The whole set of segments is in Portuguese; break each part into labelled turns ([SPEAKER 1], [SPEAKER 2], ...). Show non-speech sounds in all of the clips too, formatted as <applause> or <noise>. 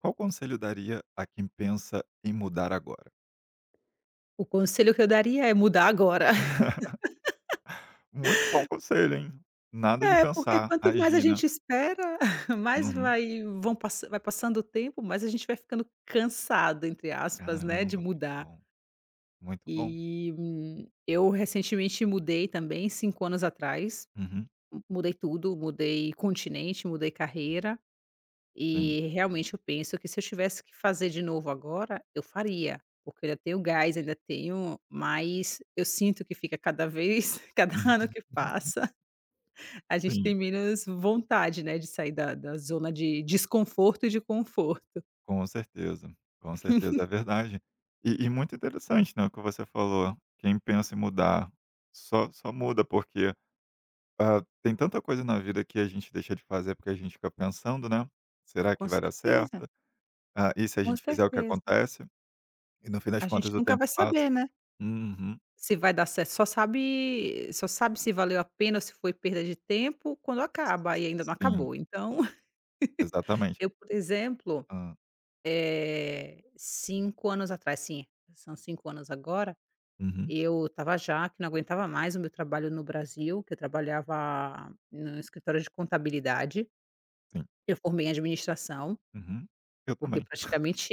[SPEAKER 1] Qual conselho daria a quem pensa em mudar agora?
[SPEAKER 2] O conselho que eu daria é mudar agora. <laughs>
[SPEAKER 1] <laughs> Muito bom conselho, hein. Nada de
[SPEAKER 2] É, porque
[SPEAKER 1] pensar,
[SPEAKER 2] quanto mais a
[SPEAKER 1] agir, né.
[SPEAKER 2] gente espera, <laughs> mais
[SPEAKER 1] Uhum.
[SPEAKER 2] vai passando o tempo, mais a gente vai ficando "cansado", entre aspas, né,
[SPEAKER 1] Caramba,
[SPEAKER 2] de
[SPEAKER 1] muito
[SPEAKER 2] mudar.
[SPEAKER 1] bom, muito bom.
[SPEAKER 2] E, eu recentemente mudei também, 5 anos atrás.
[SPEAKER 1] Uhum.
[SPEAKER 2] Mudei tudo, mudei continente, mudei carreira,
[SPEAKER 1] Sim,
[SPEAKER 2] e realmente eu penso que se eu tivesse que fazer de novo agora, eu faria, porque eu ainda tenho gás, ainda tenho mas eu sinto que fica cada vez <laughs> cada ano
[SPEAKER 1] <laughs>
[SPEAKER 2] que passa. A gente
[SPEAKER 1] sim,
[SPEAKER 2] tem menos vontade, né, de sair da zona de desconforto e de conforto.
[SPEAKER 1] com certeza, com certeza, é verdade. E muito interessante, né, o que você falou, quem pensa em mudar só muda porque, tem tanta coisa na vida que a gente deixa de fazer porque a gente fica pensando, né,
[SPEAKER 2] Ah,
[SPEAKER 1] "Será que
[SPEAKER 2] com
[SPEAKER 1] vai dar
[SPEAKER 2] certeza,
[SPEAKER 1] certo? Ah, e se a
[SPEAKER 2] com
[SPEAKER 1] gente fizer o que
[SPEAKER 2] certeza.
[SPEAKER 1] acontece?" E no fim das
[SPEAKER 2] A gente
[SPEAKER 1] contas o
[SPEAKER 2] nunca
[SPEAKER 1] tempo
[SPEAKER 2] vai
[SPEAKER 1] passa.
[SPEAKER 2] saber, né,
[SPEAKER 1] Uhum.
[SPEAKER 2] se vai dar certo. Só sabe se valeu a pena ou se foi perda de tempo quando acaba, e ainda não
[SPEAKER 1] Sim,
[SPEAKER 2] acabou. Então, <laughs>
[SPEAKER 1] exatamente.
[SPEAKER 2] eu, por exemplo,
[SPEAKER 1] Hã.
[SPEAKER 2] 5 anos atrás, sim, são 5 anos agora,
[SPEAKER 1] Uhum,
[SPEAKER 2] eu estava já que não aguentava mais o meu trabalho no Brasil, que eu trabalhava no escritório de contabilidade.
[SPEAKER 1] sim.
[SPEAKER 2] Eu formei em administração.
[SPEAKER 1] Uhum. Eu
[SPEAKER 2] Porque
[SPEAKER 1] também.
[SPEAKER 2] praticamente,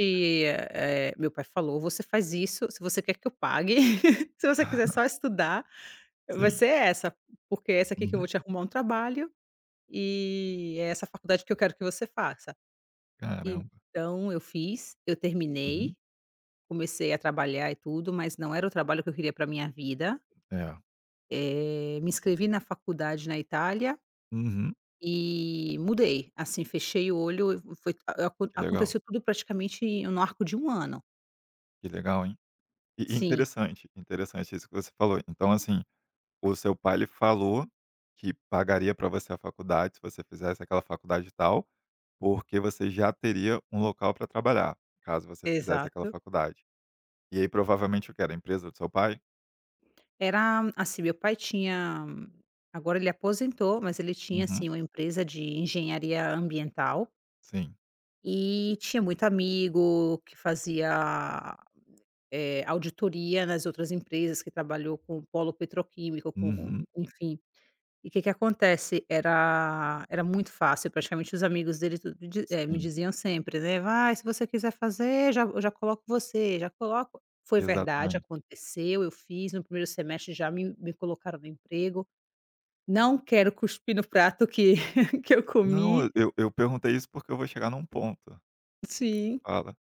[SPEAKER 2] meu pai falou: "Você faz isso se você quer que eu pague, <laughs> se você quiser
[SPEAKER 1] <laughs>
[SPEAKER 2] só estudar, vai
[SPEAKER 1] Sim.
[SPEAKER 2] ser essa, porque é essa aqui que eu vou
[SPEAKER 1] Uhum.
[SPEAKER 2] te arrumar um trabalho e é essa faculdade que eu quero que você faça".
[SPEAKER 1] Caramba.
[SPEAKER 2] Então eu fiz, eu
[SPEAKER 1] Uhum.
[SPEAKER 2] terminei, comecei a trabalhar e tudo, mas não era o trabalho que eu queria para minha vida.
[SPEAKER 1] É.
[SPEAKER 2] Me inscrevi na faculdade na Itália
[SPEAKER 1] Uhum.
[SPEAKER 2] e mudei, assim, fechei o olho, e foi a acon
[SPEAKER 1] Que legal,
[SPEAKER 2] aconteceu tudo praticamente no arco de um ano.
[SPEAKER 1] que legal, hein. E
[SPEAKER 2] Sim.
[SPEAKER 1] interessante, interessante isso que você falou. Então, assim, o seu pai ele falou que pagaria para você a faculdade se você fizesse aquela faculdade e tal, porque você já teria um local para trabalhar, caso você fizesse aquela
[SPEAKER 2] Exato.
[SPEAKER 1] faculdade. E aí provavelmente o que era a empresa do seu pai?
[SPEAKER 2] Era, assim, meu pai tinha, agora ele aposentou, mas ele tinha,
[SPEAKER 1] Uhum.
[SPEAKER 2] assim, uma empresa de engenharia ambiental
[SPEAKER 1] Sim.
[SPEAKER 2] e tinha muito amigo que fazia, auditoria nas outras empresas, que trabalhou com polo petroquímico, com
[SPEAKER 1] Uhum.
[SPEAKER 2] enfim. E o que que acontece, era muito fácil, praticamente os amigos dele tudo me
[SPEAKER 1] Sim.
[SPEAKER 2] diziam sempre, né: "Vai, se você quiser fazer, já eu já coloco você, já coloco". Foi verdade,
[SPEAKER 1] Exatamente.
[SPEAKER 2] aconteceu, eu fiz, no primeiro semestre já me colocaram no emprego. Não quero cuspir no prato que <laughs> que eu
[SPEAKER 1] Não,
[SPEAKER 2] comi.
[SPEAKER 1] eu perguntei isso porque eu vou chegar num ponto.
[SPEAKER 2] Sim.
[SPEAKER 1] Fala,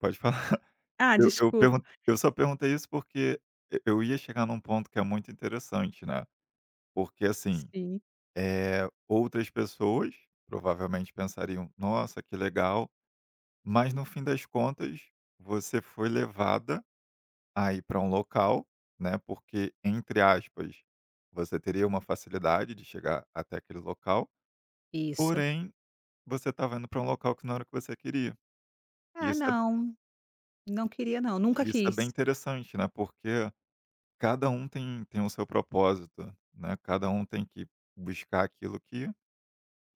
[SPEAKER 1] pode falar. <laughs>
[SPEAKER 2] Ah,
[SPEAKER 1] Eu eu
[SPEAKER 2] desculpa.
[SPEAKER 1] pergun eu só perguntei isso porque e eu ia chegar num ponto que é muito interessante, né, porque assim,
[SPEAKER 2] Sim,
[SPEAKER 1] outras pessoas provavelmente pensariam: "Nossa, que legal", mas no fim das contas, você foi levada a ir pra um local, né, porque, entre aspas, você teria uma facilidade de chegar até aquele local,
[SPEAKER 2] isso.
[SPEAKER 1] porém, você estava indo para um local que não era o que você queria. E
[SPEAKER 2] "Ah,
[SPEAKER 1] isso é
[SPEAKER 2] não, não queria não, nunca
[SPEAKER 1] e isso é
[SPEAKER 2] quis".
[SPEAKER 1] bem interessante, né, porque cada um tem o seu propósito, né, cada um tem que buscar aquilo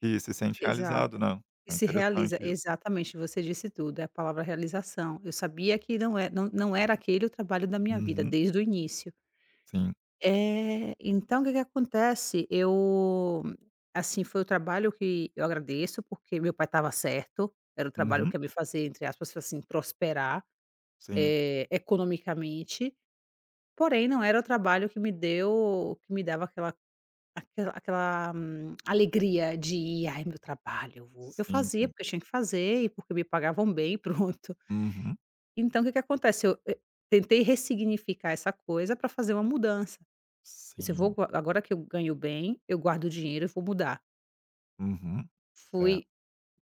[SPEAKER 1] que se sente realizado,
[SPEAKER 2] Exato.
[SPEAKER 1] né.
[SPEAKER 2] E
[SPEAKER 1] É
[SPEAKER 2] se realiza,
[SPEAKER 1] interessante isso.
[SPEAKER 2] exatamente, você disse tudo, é a palavra realização. Eu sabia que não era aquele o trabalho da minha vida
[SPEAKER 1] Uhum.
[SPEAKER 2] desde o início.
[SPEAKER 1] Sim.
[SPEAKER 2] É, então o que que acontece, eu, assim, foi o trabalho que eu agradeço, porque meu pai estava certo, era o trabalho
[SPEAKER 1] Uhum.
[SPEAKER 2] que ia me fazer, entre aspas, assim, prosperar,
[SPEAKER 1] Sim.
[SPEAKER 2] economicamente, porém não era o trabalho que me dava aquela aquela alegria de ir: "Ai, meu trabalho, eu vou". Eu
[SPEAKER 1] Sim,
[SPEAKER 2] fazia
[SPEAKER 1] sim.
[SPEAKER 2] porque eu tinha que fazer e porque me pagavam bem, <laughs> pronto.
[SPEAKER 1] Uhum.
[SPEAKER 2] Então o que que acontece, eu, tentei ressignificar essa coisa para fazer uma mudança. E se: "Eu vou
[SPEAKER 1] Sim.
[SPEAKER 2] gua agora que eu ganho bem, eu guardo o dinheiro e vou mudar".
[SPEAKER 1] Uhum. É.
[SPEAKER 2] Fui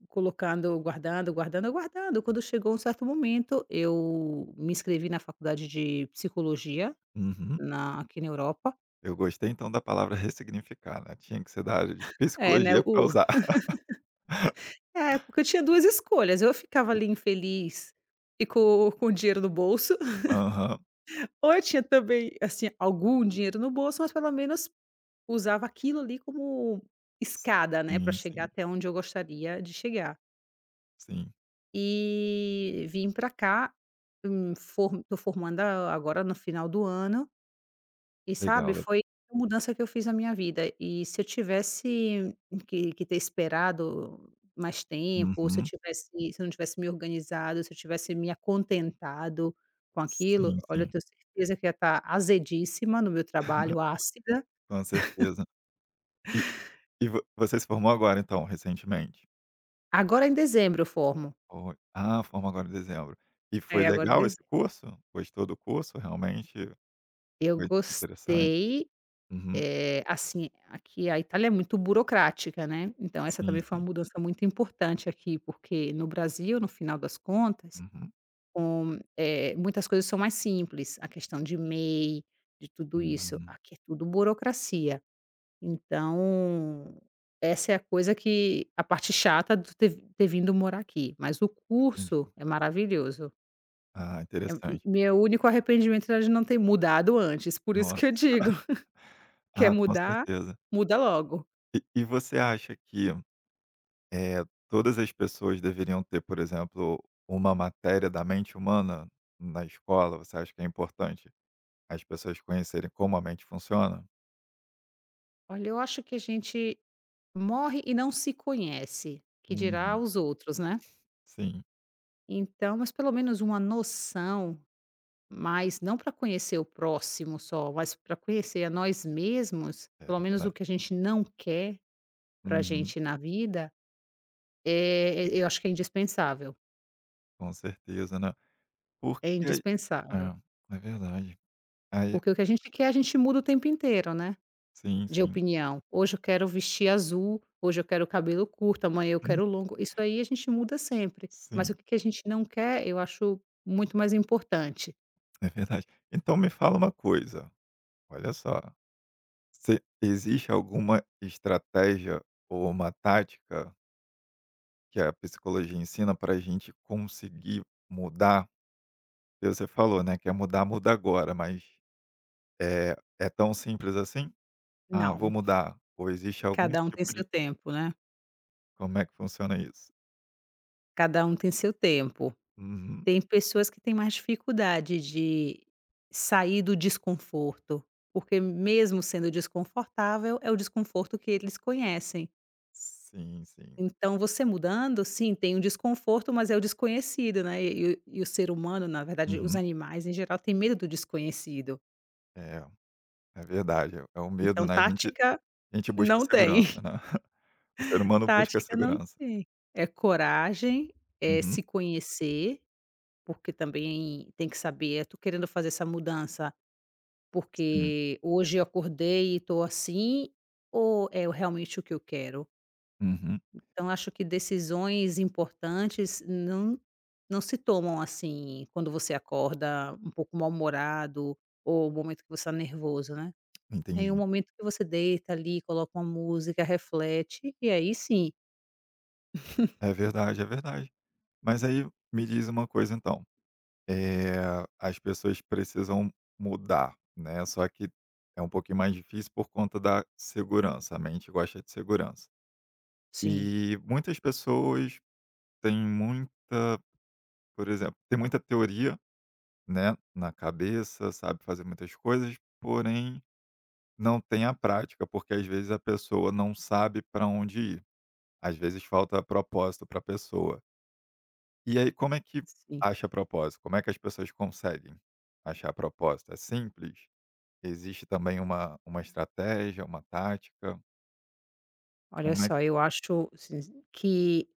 [SPEAKER 2] colocando, guardando, guardando, guardando, quando chegou um certo momento, eu me inscrevi na faculdade de psicologia,
[SPEAKER 1] Uhum.
[SPEAKER 2] na aqui na Europa.
[SPEAKER 1] Eu gostei então da palavra ressignificar, né, tinha que ser da área de
[SPEAKER 2] É, né,
[SPEAKER 1] psicologia para
[SPEAKER 2] o
[SPEAKER 1] usar.
[SPEAKER 2] É, porque eu tinha 2 escolhas: eu ficava ali
[SPEAKER 1] <laughs>
[SPEAKER 2] infeliz e com o dinheiro no bolso, <laughs>
[SPEAKER 1] Aham.
[SPEAKER 2] ou eu tinha também, assim, algum dinheiro no bolso, mas pelo menos usava aquilo ali como escada, né, para
[SPEAKER 1] Sim,
[SPEAKER 2] chegar
[SPEAKER 1] sim,
[SPEAKER 2] até onde eu gostaria de chegar.
[SPEAKER 1] sim.
[SPEAKER 2] E vim para cá. Hum, for tô formando a agora no final do ano. E
[SPEAKER 1] Legal,
[SPEAKER 2] sabe,
[SPEAKER 1] legal.
[SPEAKER 2] foi a mudança que eu fiz na minha vida. E se eu tivesse que ter esperado mais tempo, ou
[SPEAKER 1] Uhum.
[SPEAKER 2] se eu não tivesse me organizado, se eu tivesse me acontentado com aquilo,
[SPEAKER 1] Sim,
[SPEAKER 2] olha,
[SPEAKER 1] sim.
[SPEAKER 2] eu tenho certeza que ia estar azedíssima no meu trabalho, ácida.
[SPEAKER 1] Com certeza. E E vo você se formou agora então, recentemente?
[SPEAKER 2] Agora em dezembro eu formo.
[SPEAKER 1] Ou formou agora em dezembro. E foi
[SPEAKER 2] É, agora em
[SPEAKER 1] legal esse
[SPEAKER 2] dezembro.
[SPEAKER 1] curso? Gostou do curso? Realmente
[SPEAKER 2] Eu
[SPEAKER 1] foi foi interessante?
[SPEAKER 2] gostei,
[SPEAKER 1] Uhum.
[SPEAKER 2] assim, aqui a Itália é muito burocrática, né, então essa
[SPEAKER 1] Sim,
[SPEAKER 2] também foi uma
[SPEAKER 1] sim.
[SPEAKER 2] mudança muito importante aqui, porque no Brasil, no final das contas...
[SPEAKER 1] Uhum.
[SPEAKER 2] Muitas coisas são mais simples, a questão de M e MEI, de tudo isso.
[SPEAKER 1] Hum,
[SPEAKER 2] Aqui é tudo burocracia. Então, essa é a coisa, que a parte chata de ter vindo morar aqui, mas o
[SPEAKER 1] entendi.
[SPEAKER 2] curso é maravilhoso.
[SPEAKER 1] Ah,
[SPEAKER 2] É, m
[SPEAKER 1] interessante.
[SPEAKER 2] meu único arrependimento era de não ter mudado antes, por isso que eu
[SPEAKER 1] Nossa.
[SPEAKER 2] digo: <laughs> "Quer
[SPEAKER 1] Ah, com
[SPEAKER 2] mudar?
[SPEAKER 1] certeza.
[SPEAKER 2] Muda logo".
[SPEAKER 1] E você acha que, todas as pessoas deveriam ter, por exemplo, uma matéria da mente humana na escola? Você acha que é importante as pessoas conhecerem como a mente funciona?
[SPEAKER 2] Olha, eu acho que a gente morre e não se conhece, que dirá
[SPEAKER 1] Uhum.
[SPEAKER 2] os outros, né.
[SPEAKER 1] Sim,
[SPEAKER 2] Então, mas pelo menos uma noção. Mas não para conhecer o próximo só, mas para conhecer a nós mesmos,
[SPEAKER 1] é
[SPEAKER 2] pelo menos o
[SPEAKER 1] verdade.
[SPEAKER 2] que a gente não quer para a
[SPEAKER 1] Uhum,
[SPEAKER 2] gente na vida, eu acho que é indispensável,
[SPEAKER 1] com certeza, né.
[SPEAKER 2] é
[SPEAKER 1] Porque
[SPEAKER 2] indispensável.
[SPEAKER 1] é, é verdade. Aí
[SPEAKER 2] Porque o que a gente quer, a gente muda o tempo inteiro, né,
[SPEAKER 1] sim,
[SPEAKER 2] de
[SPEAKER 1] sim. <laughs>
[SPEAKER 2] opinião. Hoje eu quero vestir azul, hoje eu quero cabelo curto, amanhã eu
[SPEAKER 1] Hum,
[SPEAKER 2] quero longo. Isso aí a gente muda sempre, mas o
[SPEAKER 1] Sim,
[SPEAKER 2] que que a gente não quer, eu acho muito mais importante.
[SPEAKER 1] é verdade. Então me fala uma coisa, olha só, se existe alguma estratégia ou uma tática que a psicologia ensina para a gente conseguir mudar? Porque você falou, né, que é mudar, muda agora, mas, é é tão simples assim? "Ah, vou
[SPEAKER 2] Não,
[SPEAKER 1] mudar", ou existe algum
[SPEAKER 2] cada um tem
[SPEAKER 1] tipo
[SPEAKER 2] seu
[SPEAKER 1] de
[SPEAKER 2] tempo, né,
[SPEAKER 1] como é que funciona isso?
[SPEAKER 2] cada um tem seu tempo.
[SPEAKER 1] Uhum.
[SPEAKER 2] Tem pessoas que têm mais dificuldade de sair do desconforto, porque mesmo sendo desconfortável, é o desconforto que eles conhecem.
[SPEAKER 1] Sim, sim.
[SPEAKER 2] Então você mudando, sim, tem um desconforto, mas é o desconhecido, né, e o ser humano, na verdade, os
[SPEAKER 1] Uhum.
[SPEAKER 2] animais em geral tem medo do desconhecido.
[SPEAKER 1] É, é verdade, é o medo,
[SPEAKER 2] Então
[SPEAKER 1] né, a gente
[SPEAKER 2] tática
[SPEAKER 1] a gente busca
[SPEAKER 2] não tem,
[SPEAKER 1] segurança,
[SPEAKER 2] <laughs>
[SPEAKER 1] né. <laughs> O ser humano busca
[SPEAKER 2] tática não
[SPEAKER 1] segurança.
[SPEAKER 2] tem. É coragem, é
[SPEAKER 1] Uhum,
[SPEAKER 2] se conhecer, porque também tem que saber: "Eu tô querendo fazer essa mudança.
[SPEAKER 1] sim.
[SPEAKER 2] Porque hoje eu acordei e estou assim, ou é realmente o que eu quero?".
[SPEAKER 1] Uhum,
[SPEAKER 2] Então acho que decisões importantes não se tomam assim, quando você acorda um pouco mal-humorado ou o momento que você está nervoso, né. É em um
[SPEAKER 1] entendi.
[SPEAKER 2] momento que você deita ali, coloca uma música, reflete, e aí sim.
[SPEAKER 1] É verdade, é verdade. Mas aí me diz uma coisa então, é, as pessoas precisam mudar, né, só que é um pouquinho mais difícil por conta da segurança, a mente gosta de segurança.
[SPEAKER 2] Sim,
[SPEAKER 1] E muitas pessoas têm muita por exemplo, tem muita teoria, né, na cabeça, sabe fazer muitas coisas, porém não tem a prática, porque às vezes a pessoa não sabe para onde ir. Às vezes falta propósito para a pessoa. E aí, como é que
[SPEAKER 2] sim.
[SPEAKER 1] acha propósito? Como é que as pessoas conseguem achar propósito? É simples? Existe também uma estratégia, uma tática?
[SPEAKER 2] Olha
[SPEAKER 1] Como é que.
[SPEAKER 2] só, eu acho assim que,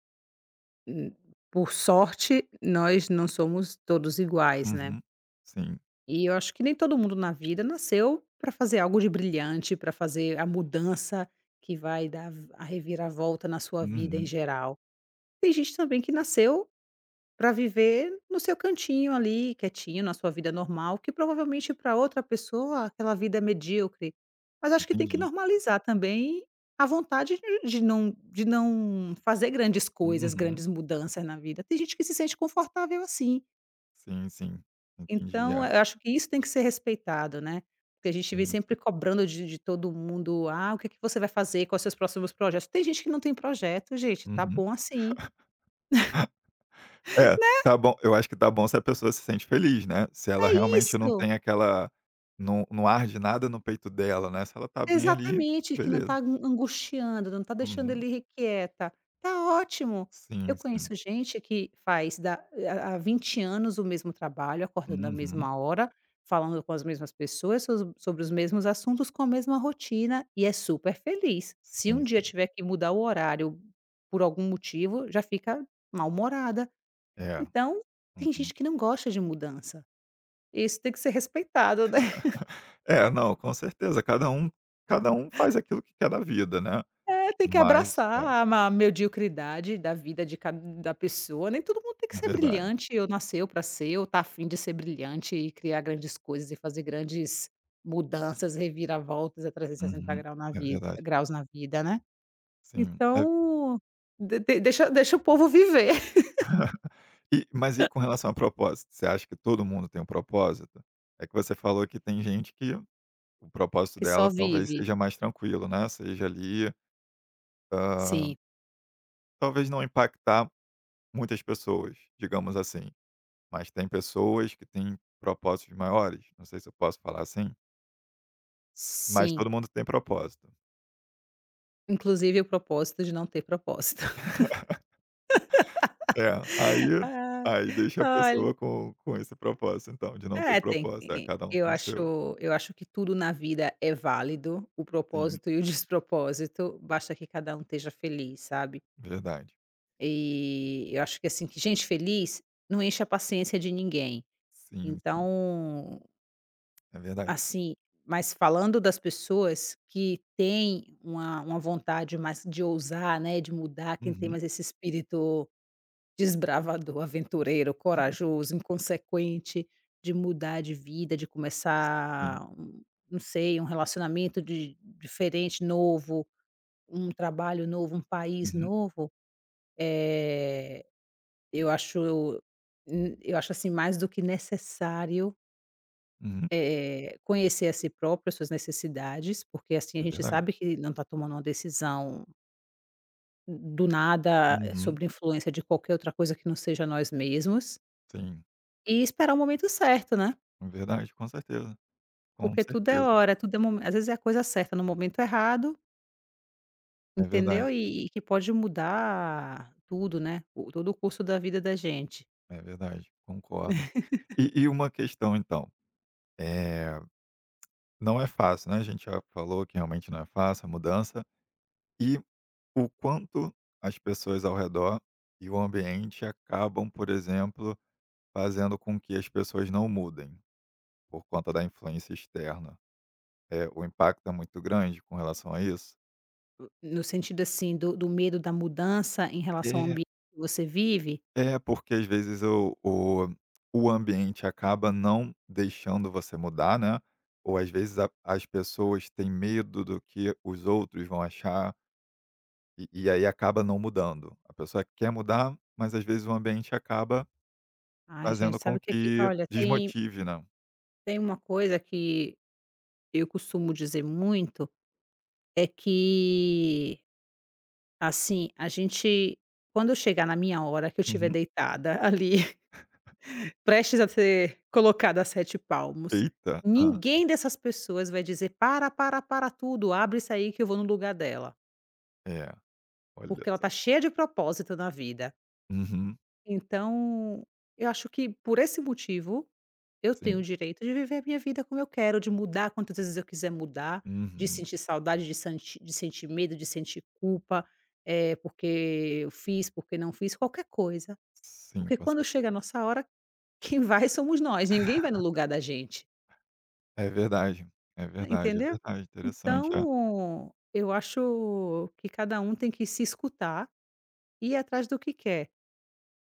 [SPEAKER 2] hum, por sorte, nós não somos todos iguais, né.
[SPEAKER 1] Uhum. Sim.
[SPEAKER 2] E eu acho que nem todo mundo na vida nasceu para fazer algo de brilhante, para fazer a mudança que vai dar v a reviravolta na sua vida em
[SPEAKER 1] Uhum.
[SPEAKER 2] geral. Tem gente também que nasceu para viver no seu cantinho ali, quietinho, na sua vida normal, que provavelmente para outra pessoa aquela vida é medíocre. Mas acho que tem que
[SPEAKER 1] Entendi.
[SPEAKER 2] normalizar também a vontade de não fazer grandes coisas,
[SPEAKER 1] Uhum.
[SPEAKER 2] grandes mudanças na vida. Tem gente que se sente confortável assim.
[SPEAKER 1] Sim, sim. Entendi. É.
[SPEAKER 2] Então, eu acho que isso tem que ser respeitado, né, porque a gente vem
[SPEAKER 1] Sim,
[SPEAKER 2] sempre
[SPEAKER 1] sim.
[SPEAKER 2] cobrando de todo mundo: "Ah, o que é que você vai fazer? Quais os seus próximos projetos?". Tem gente que não tem projeto, gente, tá
[SPEAKER 1] Uhum.
[SPEAKER 2] bom assim.
[SPEAKER 1] É, tá bom, eu acho que tá bom se a pessoa se sente feliz, né, se ela
[SPEAKER 2] É
[SPEAKER 1] realmente não
[SPEAKER 2] isso!
[SPEAKER 1] tem aquela não não arde nada no peito dela, né, se ela tá bem ali,
[SPEAKER 2] Exatamente, que não
[SPEAKER 1] beleza.
[SPEAKER 2] está angustiando, não está deixando
[SPEAKER 1] Uhum.
[SPEAKER 2] ele irrequieta. Tá ótimo. Eu
[SPEAKER 1] Sim, sim.
[SPEAKER 2] conheço gente que faz da há há 20 anos o mesmo trabalho, acordando na
[SPEAKER 1] Uhum.
[SPEAKER 2] mesma hora, falando com as mesmas pessoas sobre os mesmos assuntos, com a mesma rotina e é super feliz. Se
[SPEAKER 1] Sim,
[SPEAKER 2] um dia
[SPEAKER 1] sim.
[SPEAKER 2] tiver que mudar o horário por algum motivo, já fica mal-humorada.
[SPEAKER 1] É.
[SPEAKER 2] Então, tem
[SPEAKER 1] Uhum.
[SPEAKER 2] gente que não gosta de mudança. Isso tem que ser respeitado, né.
[SPEAKER 1] <laughs> É, não, com certeza, cada um faz aquilo que quer da vida, né.
[SPEAKER 2] Tem que
[SPEAKER 1] Mas
[SPEAKER 2] abraçar
[SPEAKER 1] é,
[SPEAKER 2] a ma mediocridade da vida de cada da pessoa, nem todo mundo tem que
[SPEAKER 1] é
[SPEAKER 2] ser
[SPEAKER 1] verdade.
[SPEAKER 2] brilhante, ou nasceu para ser, ou tá afim de ser brilhante e criar grandes coisas e fazer grandes mudanças, reviravoltas a trezentos e sessenta
[SPEAKER 1] Uhum.
[SPEAKER 2] graus na
[SPEAKER 1] É
[SPEAKER 2] vida
[SPEAKER 1] verdade.
[SPEAKER 2] graus na vida, né.
[SPEAKER 1] Sim.
[SPEAKER 2] Então, de deixa deixa o povo viver, <laughs>
[SPEAKER 1] E mas e com relação a propósito, você acha que todo mundo tem um propósito? É que você falou que tem gente que o propósito
[SPEAKER 2] que só
[SPEAKER 1] dela talvez
[SPEAKER 2] vive.
[SPEAKER 1] seja mais tranquilo, né, seja ali, hã,
[SPEAKER 2] Sim,
[SPEAKER 1] talvez não impactar muitas pessoas, digamos assim, mas tem pessoas que têm propósitos maiores, não sei se eu posso falar assim, mas todo
[SPEAKER 2] sim.
[SPEAKER 1] mundo tem propósito.
[SPEAKER 2] Inclusive o propósito de não ter propósito.
[SPEAKER 1] É,
[SPEAKER 2] <laughs>
[SPEAKER 1] aí
[SPEAKER 2] Ah,
[SPEAKER 1] aí deixa a
[SPEAKER 2] olha,
[SPEAKER 1] pessoa com esse propósito então, de não ter
[SPEAKER 2] é, tem
[SPEAKER 1] propósito, é
[SPEAKER 2] que
[SPEAKER 1] cada um tem o seu.
[SPEAKER 2] eu acho que tudo na vida é válido, o
[SPEAKER 1] Sim,
[SPEAKER 2] propósito e o <laughs> despropósito, basta que cada um esteja feliz, sabe.
[SPEAKER 1] verdade.
[SPEAKER 2] E eu acho que, assim, que gente feliz não enche a paciência de ninguém.
[SPEAKER 1] Sim, sim,
[SPEAKER 2] Então,
[SPEAKER 1] é verdade.
[SPEAKER 2] assim, mas falando das pessoas que têm uma vontade mais de ousar, né, de mudar, quem tem
[SPEAKER 1] Uhum.
[SPEAKER 2] mais esse espírito desbravador, aventureiro, corajoso, inconsequente, de mudar de vida, de
[SPEAKER 1] Sim.
[SPEAKER 2] começar um, não sei, um relacionamento de diferente, novo, um trabalho novo, um país
[SPEAKER 1] Uhum,
[SPEAKER 2] novo, eh, eu acho eu acho, assim, mais do que necessário,
[SPEAKER 1] uhum.
[SPEAKER 2] conhecer a si próprio, as suas necessidades, porque, assim, a
[SPEAKER 1] É
[SPEAKER 2] gente
[SPEAKER 1] verdade.
[SPEAKER 2] sabe que não está tomando uma decisão do nada, é,
[SPEAKER 1] Uhum.
[SPEAKER 2] sobre influência de qualquer outra coisa que não seja nós mesmos,
[SPEAKER 1] Sim,
[SPEAKER 2] e esperar o momento certo, né?
[SPEAKER 1] é verdade, com certeza. Com
[SPEAKER 2] Porque tudo é
[SPEAKER 1] certeza.
[SPEAKER 2] hora, tudo é momento. Às vezes é a coisa certa no momento errado,
[SPEAKER 1] É verdade,
[SPEAKER 2] entendeu, e que pode mudar tudo, né, o todo o curso da vida da gente.
[SPEAKER 1] é verdade, concordo. E uma questão então, é não é fácil, né, a gente já falou que realmente não é fácil a mudança, e o quanto as pessoas ao redor e o ambiente acabam, por exemplo, fazendo com que as pessoas não mudem, por conta da influência externa. O impacto é muito grande com relação a isso?
[SPEAKER 2] No sentido, assim, do medo da mudança em relação ao ambiente que você vive.
[SPEAKER 1] É, porque às vezes o ambiente acaba não deixando você mudar, né? Ou às vezes as pessoas têm medo do que os outros vão achar e aí acaba não mudando. A pessoa quer mudar, mas às vezes o ambiente acaba
[SPEAKER 2] Ai, gente,
[SPEAKER 1] fazendo com
[SPEAKER 2] sabe o que é que,
[SPEAKER 1] que
[SPEAKER 2] olha, tem
[SPEAKER 1] desmotive, né?
[SPEAKER 2] tem uma coisa que eu costumo dizer muito, é que, assim, a gente, quando eu chegar na minha hora que eu estiver
[SPEAKER 1] Uhum.
[SPEAKER 2] deitada <laughs> ali, prestes a ser colocado a 7 palmos.
[SPEAKER 1] Eita! Ah,
[SPEAKER 2] Ninguém dessas pessoas vai dizer: "Para, para, para tudo, abre isso aí que eu vou no lugar dela",
[SPEAKER 1] é, olha
[SPEAKER 2] porque ela
[SPEAKER 1] só.
[SPEAKER 2] tá cheia de propósito na vida.
[SPEAKER 1] Uhum,
[SPEAKER 2] Então, eu acho que por esse motivo, eu tenho o
[SPEAKER 1] sim.
[SPEAKER 2] direito de viver a minha vida como eu quero, de mudar quantas vezes eu quiser mudar, de
[SPEAKER 1] Uhum,
[SPEAKER 2] sentir saudade, de santi de sentir medo, de sentir culpa, porque eu fiz, porque não fiz, qualquer coisa.
[SPEAKER 1] sim,
[SPEAKER 2] Porque
[SPEAKER 1] com
[SPEAKER 2] quando
[SPEAKER 1] certeza.
[SPEAKER 2] chega a nossa hora, quem vai somos nós, ninguém vai no lugar da gente.
[SPEAKER 1] É verdade, é verdade, é
[SPEAKER 2] Entendeu?
[SPEAKER 1] verdade. Interessante, é.
[SPEAKER 2] Então, eu acho que cada um tem que se escutar e ir atrás do que quer.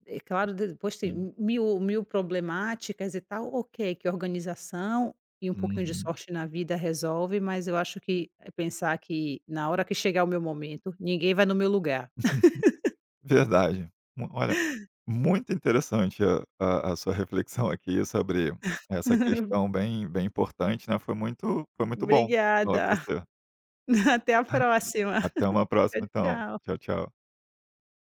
[SPEAKER 2] É claro, depois
[SPEAKER 1] Sim.
[SPEAKER 2] tem mil problemáticas e tal, ok, que organização e um pouquinho de
[SPEAKER 1] Uhum.
[SPEAKER 2] sorte na vida resolve, mas eu acho que é pensar que na hora que chegar o meu momento, ninguém vai no meu lugar.
[SPEAKER 1] Verdade. Mu Olha, muito interessante a sua reflexão aqui sobre essa
[SPEAKER 2] <laughs>
[SPEAKER 1] questão bem bem importante, né, foi muito bom falar com
[SPEAKER 2] Obrigada,
[SPEAKER 1] você.
[SPEAKER 2] <laughs> até a
[SPEAKER 1] <laughs>
[SPEAKER 2] próxima.
[SPEAKER 1] Até uma
[SPEAKER 2] Tchau,
[SPEAKER 1] próxima então.
[SPEAKER 2] tchau.
[SPEAKER 1] Tchau, tchau.